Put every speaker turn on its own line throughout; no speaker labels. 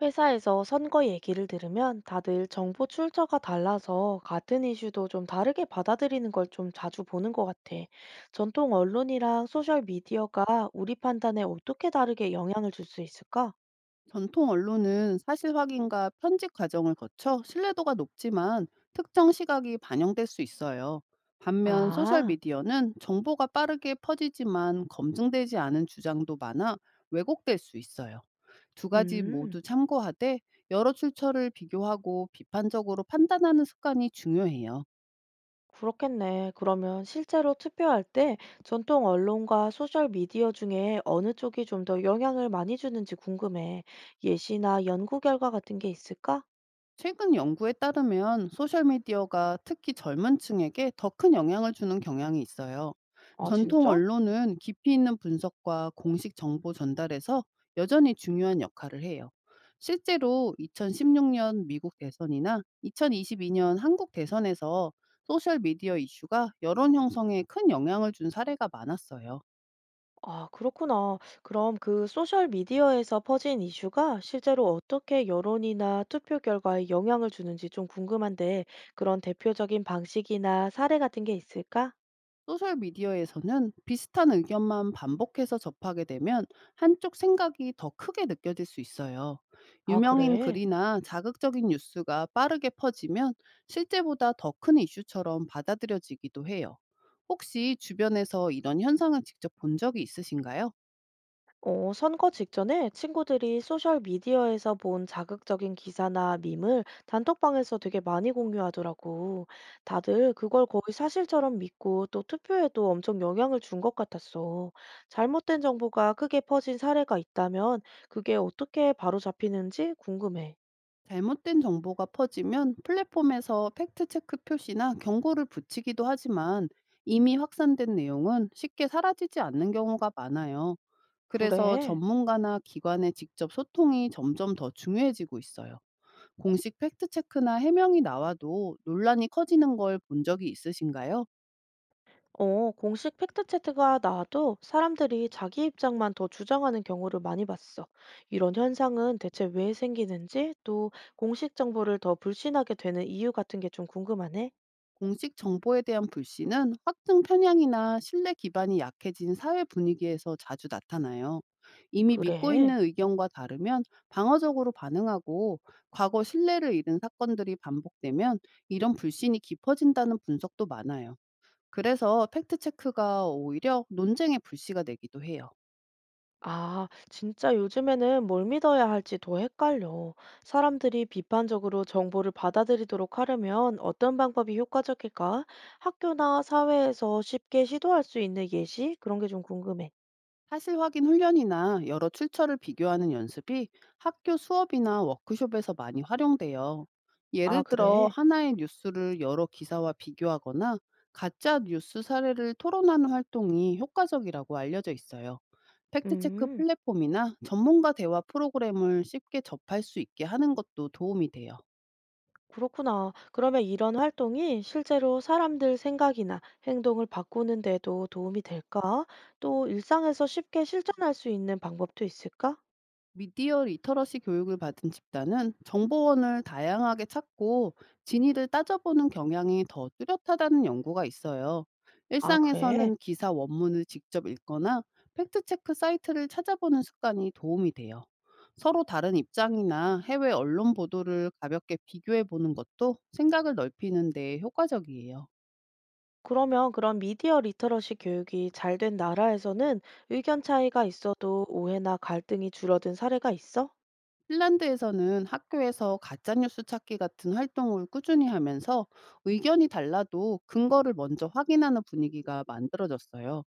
회사에서 선거 얘기를 들으면 다들 정보 출처가 달라서 같은 이슈도 좀 다르게 받아들이는 걸 좀 자주 보는 것 같아. 전통 언론이랑 소셜 미디어가 우리 판단에 어떻게 다르게 영향을 줄 수 있을까?
전통 언론은 사실 확인과 편집 과정을 거쳐 신뢰도가 높지만 특정 시각이 반영될 수 있어요. 반면
아,
소셜미디어는 정보가 빠르게 퍼지지만 검증되지 않은 주장도 많아 왜곡될 수 있어요. 두 가지
음,
모두 참고하되 여러 출처를 비교하고 비판적으로 판단하는 습관이 중요해요.
그렇겠네. 그러면 실제로 투표할 때 전통 언론과 소셜 미디어 중에 어느 쪽이 좀 더 영향을 많이 주는지 궁금해. 예시나 연구 결과 같은 게 있을까?
최근 연구에 따르면 소셜미디어가 특히 젊은 층에게 더 큰 영향을 주는 경향이 있어요.
아,
전통
진짜?
언론은 깊이 있는 분석과 공식 정보 전달에서 여전히 중요한 역할을 해요. 실제로 2016년 미국 대선이나 2022년 한국 대선에서 소셜미디어 이슈가 여론 형성에 큰 영향을 준 사례가 많았어요.
아, 그렇구나. 그럼 그 소셜 미디어에서 퍼진 이슈가 실제로 어떻게 여론이나 투표 결과에 영향을 주는지 좀 궁금한데, 그런 대표적인 방식이나 사례 같은 게 있을까?
소셜 미디어에서는 비슷한 의견만 반복해서 접하게 되면 한쪽 생각이 더 크게 느껴질 수 있어요.
아,
유명인
그래.
글이나 자극적인 뉴스가 빠르게 퍼지면 실제보다 더 큰 이슈처럼 받아들여지기도 해요. 혹시 주변에서 이런 현상을 직접 본 적이 있으신가요?
어, 선거 직전에 친구들이 소셜미디어에서 본 자극적인 기사나 밈을 단톡방에서 되게 많이 공유하더라고. 다들 그걸 거의 사실처럼 믿고 또 투표에도 엄청 영향을 준 것 같았어. 잘못된 정보가 크게 퍼진 사례가 있다면 그게 어떻게 바로잡히는지 궁금해.
잘못된 정보가 퍼지면 플랫폼에서 팩트체크 표시나 경고를 붙이기도 하지만 이미 확산된 내용은 쉽게 사라지지 않는 경우가 많아요. 그래서
그래.
전문가나 기관의 직접 소통이 점점 더 중요해지고 있어요. 공식 팩트체크나 해명이 나와도 논란이 커지는 걸 본 적이 있으신가요?
어, 공식 팩트체크가 나와도 사람들이 자기 입장만 더 주장하는 경우를 많이 봤어. 이런 현상은 대체 왜 생기는지, 또 공식 정보를 더 불신하게 되는 이유 같은 게 좀 궁금하네.
공식 정보에 대한 불신은 확증 편향이나 신뢰 기반이 약해진 사회 분위기에서 자주 나타나요. 이미 믿고
그래.
있는 의견과 다르면 방어적으로 반응하고, 과거 신뢰를 잃은 사건들이 반복되면 이런 불신이 깊어진다는 분석도 많아요. 그래서 팩트체크가 오히려 논쟁의 불씨가 되기도 해요.
아, 진짜 요즘에는 뭘 믿어야 할지 더 헷갈려. 사람들이 비판적으로 정보를 받아들이도록 하려면 어떤 방법이 효과적일까? 학교나 사회에서 쉽게 시도할 수 있는 예시? 그런 게 좀 궁금해.
사실 확인 훈련이나 여러 출처를 비교하는 연습이 학교 수업이나 워크숍에서 많이 활용돼요.
아,
예를 들어
그래.
하나의 뉴스를 여러 기사와 비교하거나 가짜 뉴스 사례를 토론하는 활동이 효과적이라고 알려져 있어요. 팩트체크
음.
플랫폼이나 전문가 대화 프로그램을 쉽게 접할 수 있게 하는 것도 도움이 돼요.
그렇구나. 그러면 이런 활동이 실제로 사람들 생각이나 행동을 바꾸는 데도 도움이 될까? 또 일상에서 쉽게 실천할 수 있는 방법도 있을까?
미디어 리터러시 교육을 받은 집단은 정보원을 다양하게 찾고 진위를 따져보는 경향이 더 뚜렷하다는 연구가 있어요.
아, 그래.
일상에서는 기사 원문을 직접 읽거나 팩트체크 사이트를 찾아보는 습관이 도움이 돼요. 서로 다른 입장이나 해외 언론 보도를 가볍게 비교해 보는 것도 생각을 넓히는 데 효과적이에요.
그러면 그런 미디어 리터러시 교육이 잘 된 나라에서는 의견 차이가 있어도 오해나 갈등이 줄어든 사례가 있어?
핀란드에서는 학교에서 가짜뉴스 찾기 같은 활동을 꾸준히 하면서 의견이 달라도 근거를 먼저 확인하는 분위기가 만들어졌어요.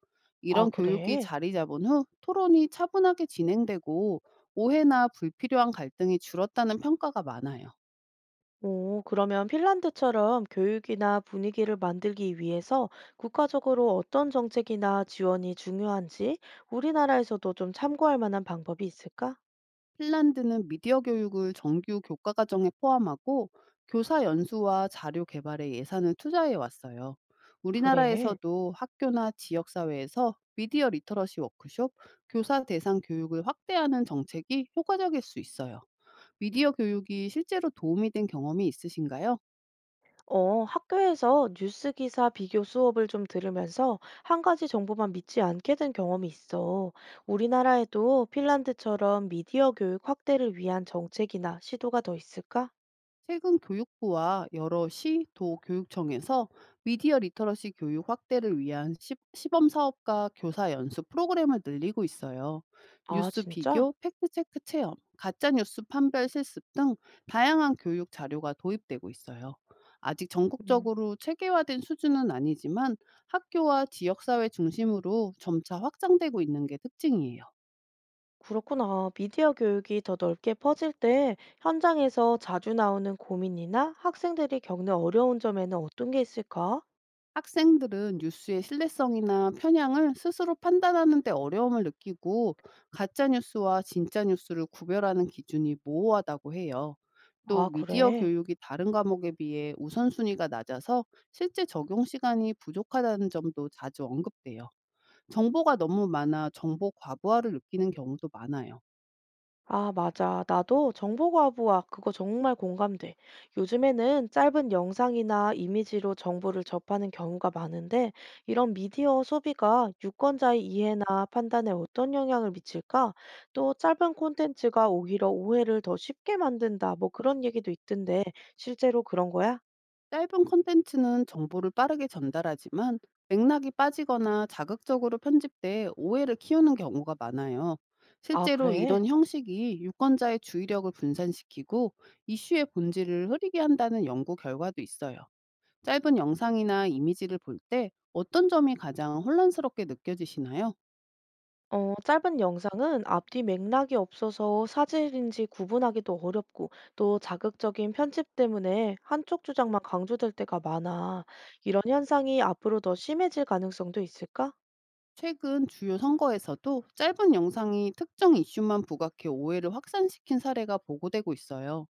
아,
이런 교육이
그래.
자리 잡은 후 토론이 차분하게 진행되고 오해나 불필요한 갈등이 줄었다는 평가가 많아요.
오, 그러면 핀란드처럼 교육이나 분위기를 만들기 위해서 국가적으로 어떤 정책이나 지원이 중요한지 우리나라에서도 좀 참고할 만한 방법이 있을까?
핀란드는 미디어 교육을 정규 교과 과정에 포함하고 교사 연수와 자료 개발에 예산을 투자해 왔어요.
그래.
우리나라에서도 학교나 지역 사회에서 미디어 리터러시 워크숍, 교사 대상 교육을 확대하는 정책이 효과적일 수 있어요. 미디어 교육이 실제로 도움이 된 경험이 있으신가요?
어, 학교에서 뉴스 기사 비교 수업을 좀 들으면서 한 가지 정보만 믿지 않게 된 경험이 있어. 우리나라에도 핀란드처럼 미디어 교육 확대를 위한 정책이나 시도가 더 있을까?
최근 교육부와 여러 시, 도 교육청에서 미디어 리터러시 교육 확대를 위한 시범 사업과 교사 연수 프로그램을 늘리고 있어요.
아,
뉴스
진짜?
비교, 팩트체크 체험, 가짜뉴스 판별 실습 등 다양한 교육 자료가 도입되고 있어요. 아직
음.
전국적으로 체계화된 수준은 아니지만 학교와 지역사회 중심으로 점차 확장되고 있는 게 특징이에요.
그렇구나. 미디어 교육이 더 넓게 퍼질 때 현장에서 자주 나오는 고민이나 학생들이 겪는 어려운 점에는 어떤 게 있을까?
학생들은 뉴스의 신뢰성이나 편향을 스스로 판단하는 데 어려움을 느끼고 가짜 뉴스와 진짜 뉴스를 구별하는 기준이 모호하다고 해요. 또
아,
미디어
그래.
교육이 다른 과목에 비해 우선순위가 낮아서 실제 적용 시간이 부족하다는 점도 자주 언급돼요. 정보가 너무 많아 정보 과부하를 느끼는 경우도 많아요.
아, 맞아. 나도 정보과부와 그거 정말 공감돼. 요즘에는 짧은 영상이나 이미지로 정보를 접하는 경우가 많은데 이런 미디어 소비가 유권자의 이해나 판단에 어떤 영향을 미칠까? 또 짧은 콘텐츠가 오히려 오해를 더 쉽게 만든다. 뭐 그런 얘기도 있던데 실제로 그런 거야?
짧은 콘텐츠는 정보를 빠르게 전달하지만 맥락이 빠지거나 자극적으로 편집돼 오해를 키우는 경우가 많아요.
아,
실제로
그래?
이런 형식이 유권자의 주의력을 분산시키고 이슈의 본질을 흐리게 한다는 연구 결과도 있어요. 짧은 영상이나 이미지를 볼 때 어떤 점이 가장 혼란스럽게 느껴지시나요?
어, 짧은 영상은 앞뒤 맥락이 없어서 사실인지 구분하기도 어렵고 또 자극적인 편집 때문에 한쪽 주장만 강조될 때가 많아. 이런 현상이 앞으로 더 심해질 가능성도 있을까?
최근 주요 선거에서도 짧은 영상이 특정 이슈만 부각해 오해를 확산시킨 사례가 보고되고 있어요.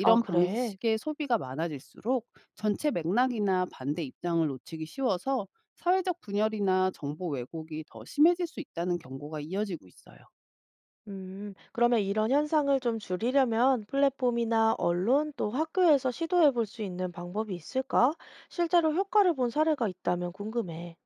아, 그래?
방식의 소비가 많아질수록 전체 맥락이나 반대 입장을 놓치기 쉬워서 사회적 분열이나 정보 왜곡이 더 심해질 수 있다는 경고가 이어지고 있어요.
그러면 이런 현상을 좀 줄이려면 플랫폼이나 언론 또 학교에서 시도해 볼 수 있는 방법이 있을까? 실제로 효과를 본 사례가 있다면 궁금해.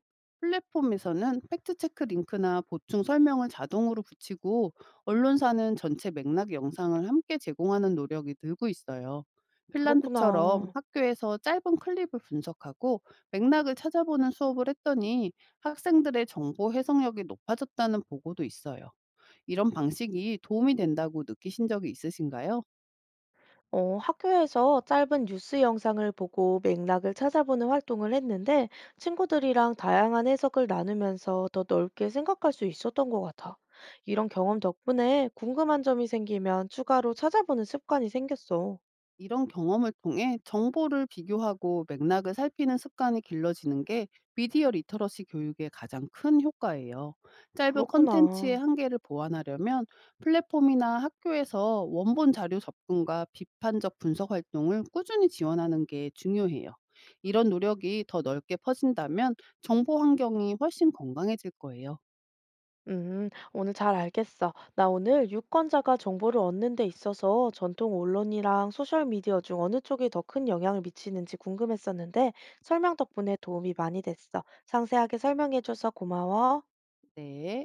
플랫폼에서는 팩트체크 링크나 보충 설명을 자동으로 붙이고 언론사는 전체 맥락 영상을 함께 제공하는 노력이 늘고 있어요. 핀란드처럼
그렇구나.
학교에서 짧은 클립을 분석하고 맥락을 찾아보는 수업을 했더니 학생들의 정보 해석력이 높아졌다는 보고도 있어요. 이런 방식이 도움이 된다고 느끼신 적이 있으신가요?
어, 학교에서 짧은 뉴스 영상을 보고 맥락을 찾아보는 활동을 했는데 친구들이랑 다양한 해석을 나누면서 더 넓게 생각할 수 있었던 것 같아. 이런 경험 덕분에 궁금한 점이 생기면 추가로 찾아보는 습관이 생겼어.
이런 경험을 통해 정보를 비교하고 맥락을 살피는 습관이 길러지는 게 미디어 리터러시 교육의 가장 큰 효과예요. 짧은
그렇구나.
컨텐츠의 한계를 보완하려면 플랫폼이나 학교에서 원본 자료 접근과 비판적 분석 활동을 꾸준히 지원하는 게 중요해요. 이런 노력이 더 넓게 퍼진다면 정보 환경이 훨씬 건강해질 거예요.
오늘 잘 알겠어. 나 오늘 유권자가 정보를 얻는 데 있어서 전통 언론이랑 소셜미디어 중 어느 쪽이 더 큰 영향을 미치는지 궁금했었는데 설명 덕분에 도움이 많이 됐어. 상세하게 설명해줘서 고마워.
네.